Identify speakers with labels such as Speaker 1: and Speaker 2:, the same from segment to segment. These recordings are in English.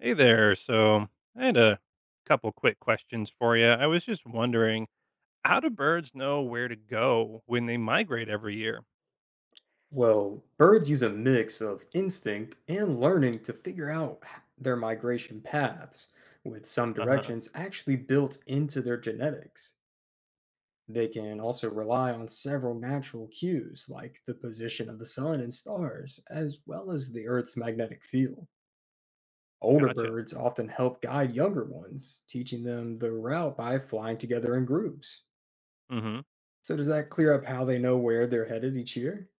Speaker 1: Hey there. So I had a couple quick questions for you. I was just wondering, how do birds know where to go when they migrate every year?
Speaker 2: Well, birds use a mix of instinct and learning to figure out their migration paths, with some
Speaker 1: Uh huh.
Speaker 2: directions actually built into their genetics. They can also rely on several natural cues, like the position of the sun and stars, as well as the Earth's magnetic field. Older
Speaker 1: Gotcha.
Speaker 2: birds often help guide younger ones, teaching them the route by flying together in groups.
Speaker 1: Mm hmm.
Speaker 2: So, does that clear up how they know where they're headed each year?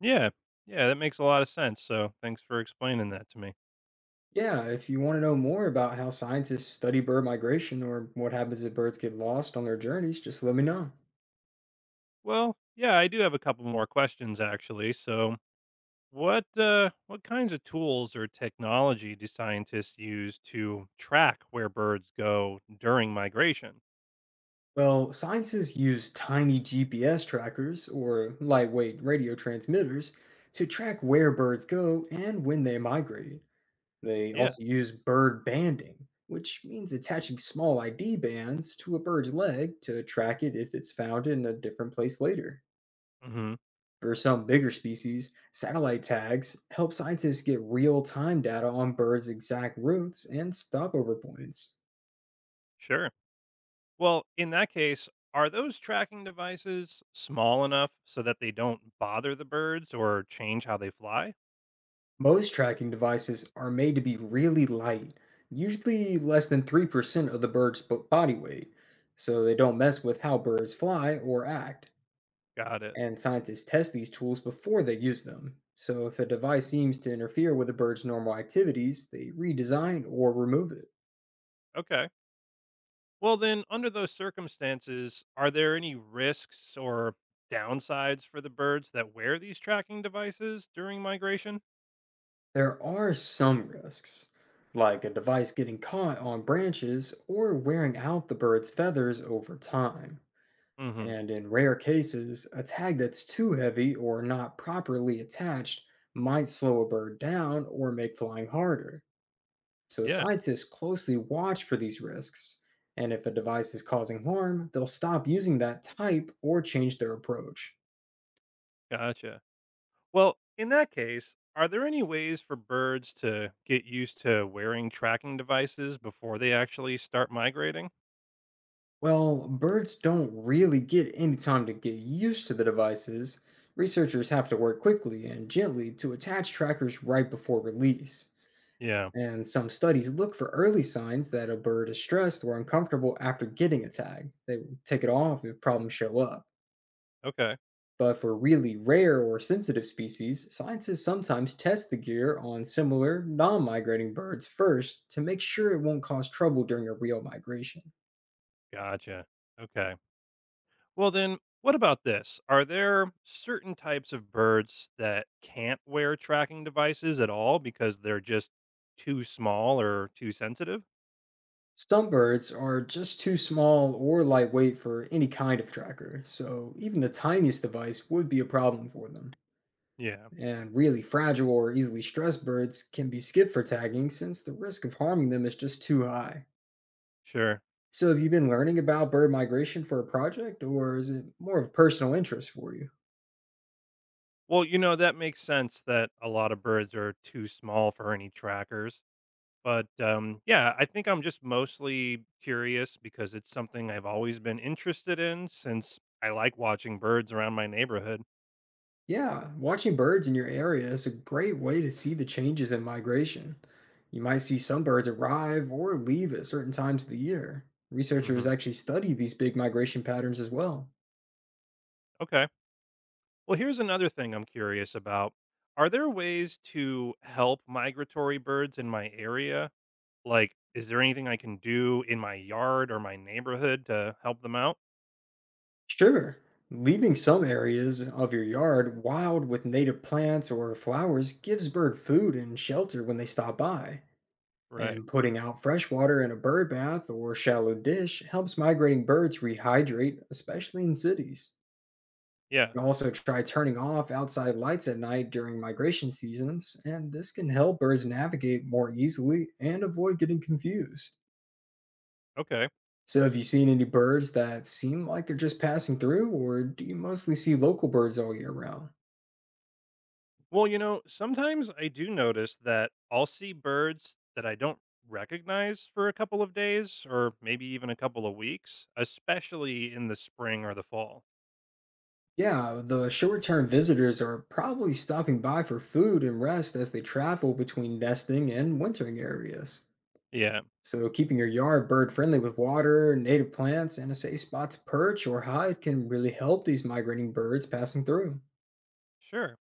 Speaker 1: Yeah. Yeah. That makes a lot of sense. So thanks for explaining that to me.
Speaker 2: Yeah, if you want to know more about how scientists study bird migration or what happens if birds get lost on their journeys, just let me know.
Speaker 1: Well, yeah, I do have a couple more questions actually. So what kinds of tools or technology do scientists use to track where birds go during migration?
Speaker 2: Well, scientists use tiny GPS trackers or lightweight radio transmitters to track where birds go and when they migrate. They
Speaker 1: Yeah.
Speaker 2: also use bird banding, which means attaching small ID bands to a bird's leg to track it if it's found in a different place later.
Speaker 1: Mm-hmm.
Speaker 2: For some bigger species, satellite tags help scientists get real time data on birds' exact routes and stopover points.
Speaker 1: Sure. Well, in that case, are those tracking devices small enough so that they don't bother the birds or change how they fly?
Speaker 2: Most tracking devices are made to be really light, usually less than 3% of the body weight, so they don't mess with how birds fly or act.
Speaker 1: Got it.
Speaker 2: And scientists test these tools before they use them. So if a device seems to interfere with a bird's normal activities, they redesign or remove it.
Speaker 1: Okay. Well, then, under those circumstances, are there any risks or downsides for the birds that wear these tracking devices during migration?
Speaker 2: There are some risks, like a device getting caught on branches or wearing out the bird's feathers over time.
Speaker 1: Hmm.
Speaker 2: And in rare cases, a tag that's too heavy or not properly attached might slow a bird down or make flying harder. So
Speaker 1: Yeah,
Speaker 2: scientists closely watch for these risks, and if a device is causing harm, they'll stop using that type or change their approach.
Speaker 1: gotcha. Well, in that case, are there any ways for birds to get used to wearing tracking devices before they actually start migrating?
Speaker 2: Well, birds don't really get any time to get used to the devices. Researchers have to work quickly and gently to attach trackers right before release.
Speaker 1: Yeah,
Speaker 2: And some studies look for early signs that a bird is stressed or uncomfortable after getting a tag. They will take it off if problems show up.
Speaker 1: okay.
Speaker 2: But for really rare or sensitive species, scientists sometimes test the gear on similar non migrating birds first to make sure it won't cause trouble during a real migration.
Speaker 1: Gotcha. Okay. Well, then, what about this? Are there certain types of birds that can't wear tracking devices at all because they're just too small or too sensitive?
Speaker 2: Some birds are just too small or lightweight for any kind of tracker, so even the tiniest device would be a problem for them.
Speaker 1: Yeah,
Speaker 2: And really fragile or easily stressed birds can be skipped for tagging since the risk of harming them is just too high.
Speaker 1: sure.
Speaker 2: So, have you been learning about bird migration for a project, or is it more of a personal interest for you?
Speaker 1: Well, you know, that makes sense that a lot of birds are too small for any trackers. But yeah, I think I'm just mostly curious because it's something I've always been interested in since I like watching birds around my neighborhood.
Speaker 2: Yeah, watching birds in your area is a great way to see the changes in migration. You might see some birds arrive or leave at certain times of the year. Researchers
Speaker 1: Hmm.
Speaker 2: actually study these big migration patterns as well.
Speaker 1: Okay. Well, here's another thing I'm curious about. Are there ways to help migratory birds in my area? Like, is there anything I can do in my yard or my neighborhood to help them out?
Speaker 2: Sure, leaving some areas of your yard wild with native plants or flowers gives bird food and shelter when they stop by.
Speaker 1: Right.
Speaker 2: And putting out fresh water in a bird bath or shallow dish helps migrating birds rehydrate, especially in cities.
Speaker 1: Yeah.
Speaker 2: You can also try turning off outside lights at night during migration seasons, and this can help birds navigate more easily and avoid getting confused.
Speaker 1: Okay.
Speaker 2: So, have you seen any birds that seem like they're just passing through, or do you mostly see local birds all year round?
Speaker 1: Well, you know, sometimes I do notice that I'll see birds that I don't recognize for a couple of days or maybe even a couple of weeks, especially in the spring or the fall.
Speaker 2: Yeah, the short term visitors are probably stopping by for food and rest as they travel between nesting and wintering areas.
Speaker 1: Yeah.
Speaker 2: So, keeping your yard bird friendly with water, native plants, and a safe spot to perch or hide can really help these migrating birds passing through.
Speaker 1: Sure.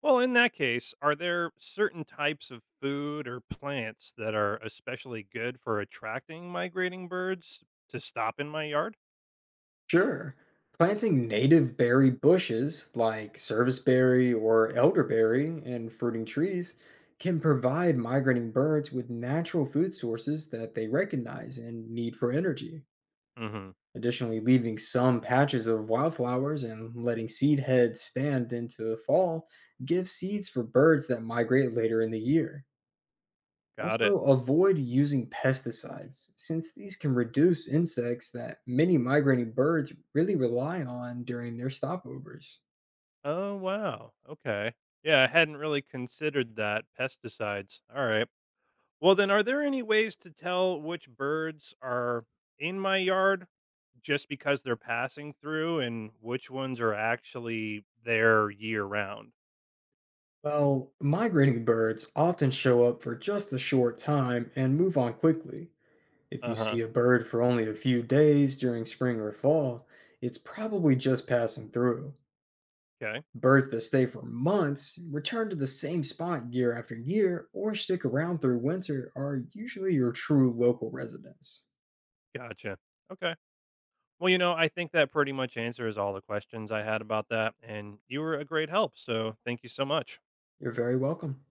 Speaker 1: Well, in that case, are there certain types of food or plants that are especially good for attracting migrating birds to stop in my yard?
Speaker 2: Sure, planting native berry bushes like serviceberry or elderberry and fruiting trees can provide migrating birds with natural food sources that they recognize and need for energy.
Speaker 1: Hmm.
Speaker 2: Additionally, leaving some patches of wildflowers and letting seed heads stand into the fall gives seeds for birds that migrate later in the year.
Speaker 1: Got it.
Speaker 2: Also, avoid using pesticides since these can reduce insects that many migrating birds really rely on during their stopovers.
Speaker 1: Oh, wow. Okay. Yeah, I hadn't really considered that. Pesticides. All right. Well, then, are there any ways to tell which birds are in my yard just because they're passing through and which ones are actually there year round?
Speaker 2: Well, migrating birds often show up for just a short time and move on quickly. If
Speaker 1: Uh
Speaker 2: you
Speaker 1: huh.
Speaker 2: see a bird for only a few days during spring or fall, it's probably just passing through.
Speaker 1: Okay.
Speaker 2: Birds that stay for months, return to the same spot year after year, or stick around through winter are usually your true local residents.
Speaker 1: Gotcha. Okay. Well, you know, I think that pretty much answers all the questions I had about that. And you were a great help. So thank you so much.
Speaker 2: You're very welcome.